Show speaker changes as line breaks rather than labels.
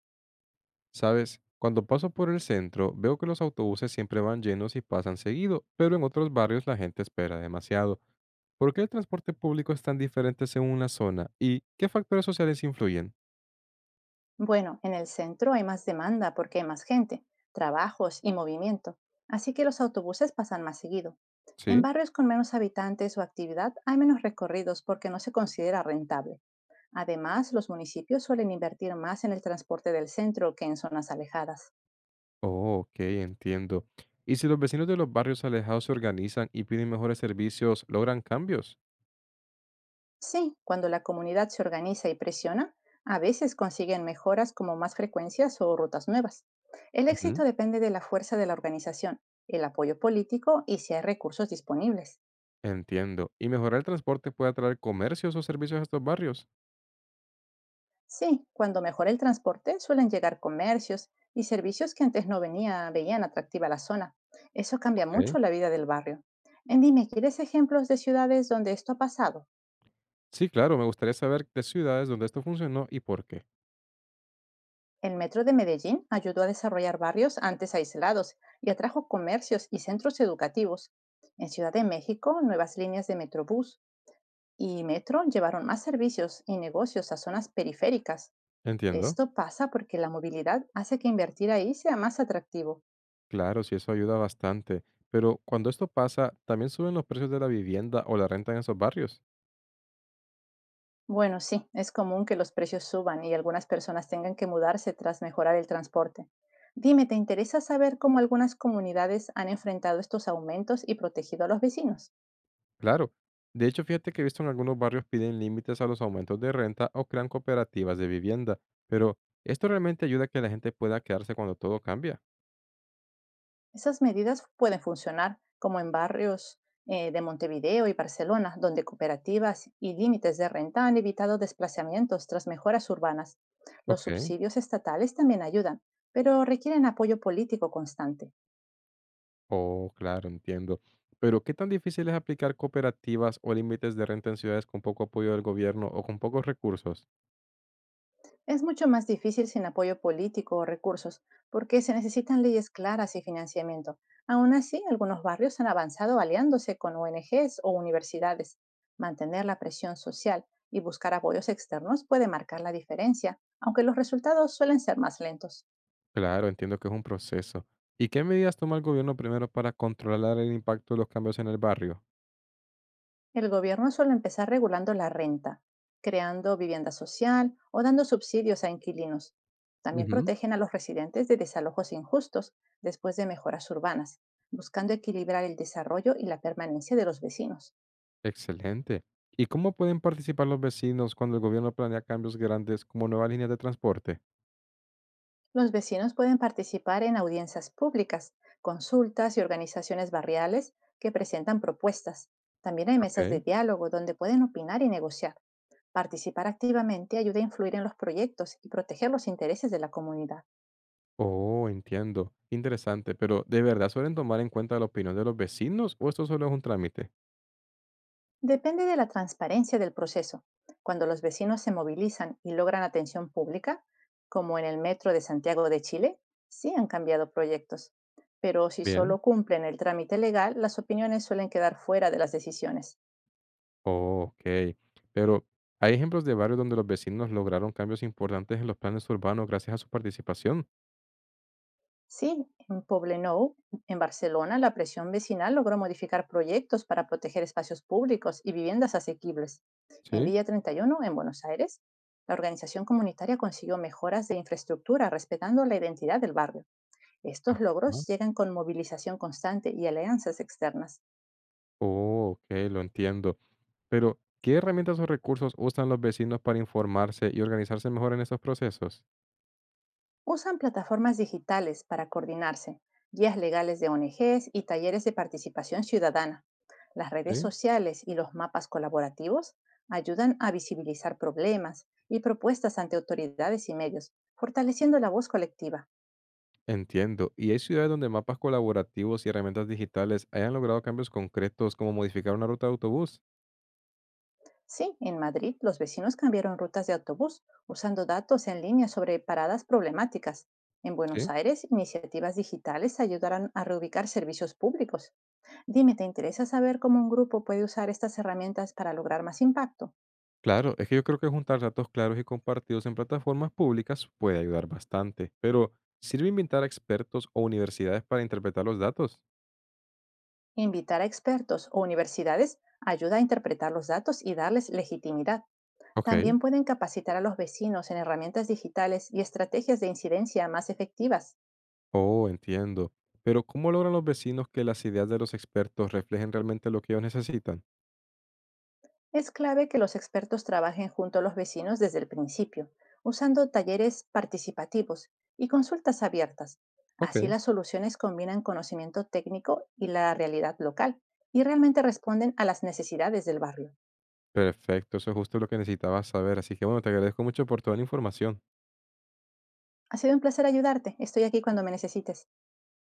¿Sabes? Cuando paso por el centro, veo que los autobuses siempre van llenos y pasan seguido, pero en otros barrios la gente espera demasiado. ¿Por qué el transporte público es tan diferente según la zona? ¿Y qué factores sociales influyen?
Bueno, en el centro hay más demanda porque hay más gente, trabajos y movimiento, así que los autobuses pasan más seguido. En
¿Sí?
barrios con menos habitantes o actividad hay menos recorridos porque no se considera rentable. Además, los municipios suelen invertir más en el transporte del centro que en zonas alejadas.
Oh, ok, entiendo. ¿Y si los vecinos de los barrios alejados se organizan y piden mejores servicios, logran cambios?
Sí, cuando la comunidad se organiza y presiona, a veces consiguen mejoras como más frecuencias o rutas nuevas. El
Ujú.
éxito depende de la fuerza de la organización, el apoyo político y si hay recursos disponibles.
Entiendo. ¿Y mejorar el transporte puede atraer comercios o servicios a estos barrios?
Sí, cuando mejora el transporte suelen llegar comercios y servicios que antes no veían atractiva la zona. Eso cambia
Ok.
mucho la vida del barrio. En dime, ¿quieres ejemplos de ciudades donde esto ha pasado?
Sí, claro, me gustaría saber de ciudades donde esto funcionó y por qué.
El metro de Medellín ayudó a desarrollar barrios antes aislados y atrajo comercios y centros educativos. En Ciudad de México, nuevas líneas de Metrobús y metro llevaron más servicios y negocios a zonas periféricas.
Entiendo.
Esto pasa porque la movilidad hace que invertir ahí sea más atractivo.
Claro, sí, eso ayuda bastante. Pero cuando esto pasa, también suben los precios de la vivienda o la renta en esos barrios.
Bueno, sí, es común que los precios suban y algunas personas tengan que mudarse tras mejorar el transporte. Dime, ¿te interesa saber cómo algunas comunidades han enfrentado estos aumentos y protegido a los vecinos?
Claro. De hecho, fíjate que he visto en algunos barrios piden límites a los aumentos de renta o crean cooperativas de vivienda. Pero esto realmente ayuda a que la gente pueda quedarse cuando todo cambia.
Esas medidas pueden funcionar, como en barrios de Montevideo y Barcelona, donde cooperativas y límites de renta han evitado desplazamientos tras mejoras urbanas. Los
Ok.
subsidios estatales también ayudan, pero requieren apoyo político constante.
Oh, claro, entiendo. Pero ¿qué tan difícil es aplicar cooperativas o límites de renta en ciudades con poco apoyo del gobierno o con pocos recursos?
Es mucho más difícil sin apoyo político o recursos, porque se necesitan leyes claras y financiamiento. Aún así, algunos barrios han avanzado aliándose con ONGs o universidades. Mantener la presión social y buscar apoyos externos puede marcar la diferencia, aunque los resultados suelen ser más lentos.
Claro, entiendo que es un proceso. ¿Y qué medidas toma el gobierno primero para controlar el impacto de los cambios en el barrio?
El gobierno suele empezar regulando la renta, creando vivienda social o dando subsidios a inquilinos. También
Ujú.
protegen a los residentes de desalojos injustos después de mejoras urbanas, buscando equilibrar el desarrollo y la permanencia de los vecinos.
Excelente. ¿Y cómo pueden participar los vecinos cuando el gobierno planea cambios grandes como nuevas líneas de transporte?
Los vecinos pueden participar en audiencias públicas, consultas y organizaciones barriales que presentan propuestas. También hay mesas de
Ok.
diálogo donde pueden opinar y negociar. Participar activamente ayuda a influir en los proyectos y proteger los intereses de la comunidad.
Oh, entiendo. Interesante, pero ¿de verdad suelen tomar en cuenta la opinión de los vecinos o esto solo es un trámite?
Depende de la transparencia del proceso. Cuando los vecinos se movilizan y logran atención pública, como en el metro de Santiago de Chile, sí han cambiado proyectos. Pero si
Bien.
solo cumplen el trámite legal, las opiniones suelen quedar fuera de las decisiones.
Oh, ok. Pero ¿hay ejemplos de barrios donde los vecinos lograron cambios importantes en los planes urbanos gracias a su participación?
Sí, en Poblenou, en Barcelona, la presión vecinal logró modificar proyectos para proteger espacios públicos y viviendas asequibles. En
Sí.
Villa 31, en Buenos Aires, la organización comunitaria consiguió mejoras de infraestructura respetando la identidad del barrio. Estos
Ajá.
logros llegan con movilización constante y alianzas externas.
Oh, ok, lo entiendo. Pero, ¿qué herramientas o recursos usan los vecinos para informarse y organizarse mejor en estos procesos?
Usan plataformas digitales para coordinarse, guías legales de ONGs y talleres de participación ciudadana. Las redes
Sí.
sociales y los mapas colaborativos ayudan a visibilizar problemas y propuestas ante autoridades y medios, fortaleciendo la voz colectiva.
Entiendo. ¿Y hay ciudades donde mapas colaborativos y herramientas digitales hayan logrado cambios concretos como modificar una ruta de autobús?
Sí, en Madrid los vecinos cambiaron rutas de autobús usando datos en línea sobre paradas problemáticas. En Buenos
Sí.
Aires, iniciativas digitales ayudarán a reubicar servicios públicos. Dime, ¿te interesa saber cómo un grupo puede usar estas herramientas para lograr más impacto?
Claro, es que yo creo que juntar datos claros y compartidos en plataformas públicas puede ayudar bastante. Pero, ¿sirve invitar a expertos o universidades para interpretar los datos?
Invitar a expertos o universidades ayuda a interpretar los datos y darles legitimidad.
Ok.
También pueden capacitar a los vecinos en herramientas digitales y estrategias de incidencia más efectivas.
Oh, entiendo. Pero ¿cómo logran los vecinos que las ideas de los expertos reflejen realmente lo que ellos necesitan?
Es clave que los expertos trabajen junto a los vecinos desde el principio, usando talleres participativos y consultas abiertas.
Ok,
Así las soluciones combinan conocimiento técnico y la realidad local y realmente responden a las necesidades del barrio.
perfecto, eso es justo lo que necesitaba saber. Así que bueno, te agradezco mucho por toda la información.
Ha sido un placer ayudarte. Estoy aquí cuando me necesites.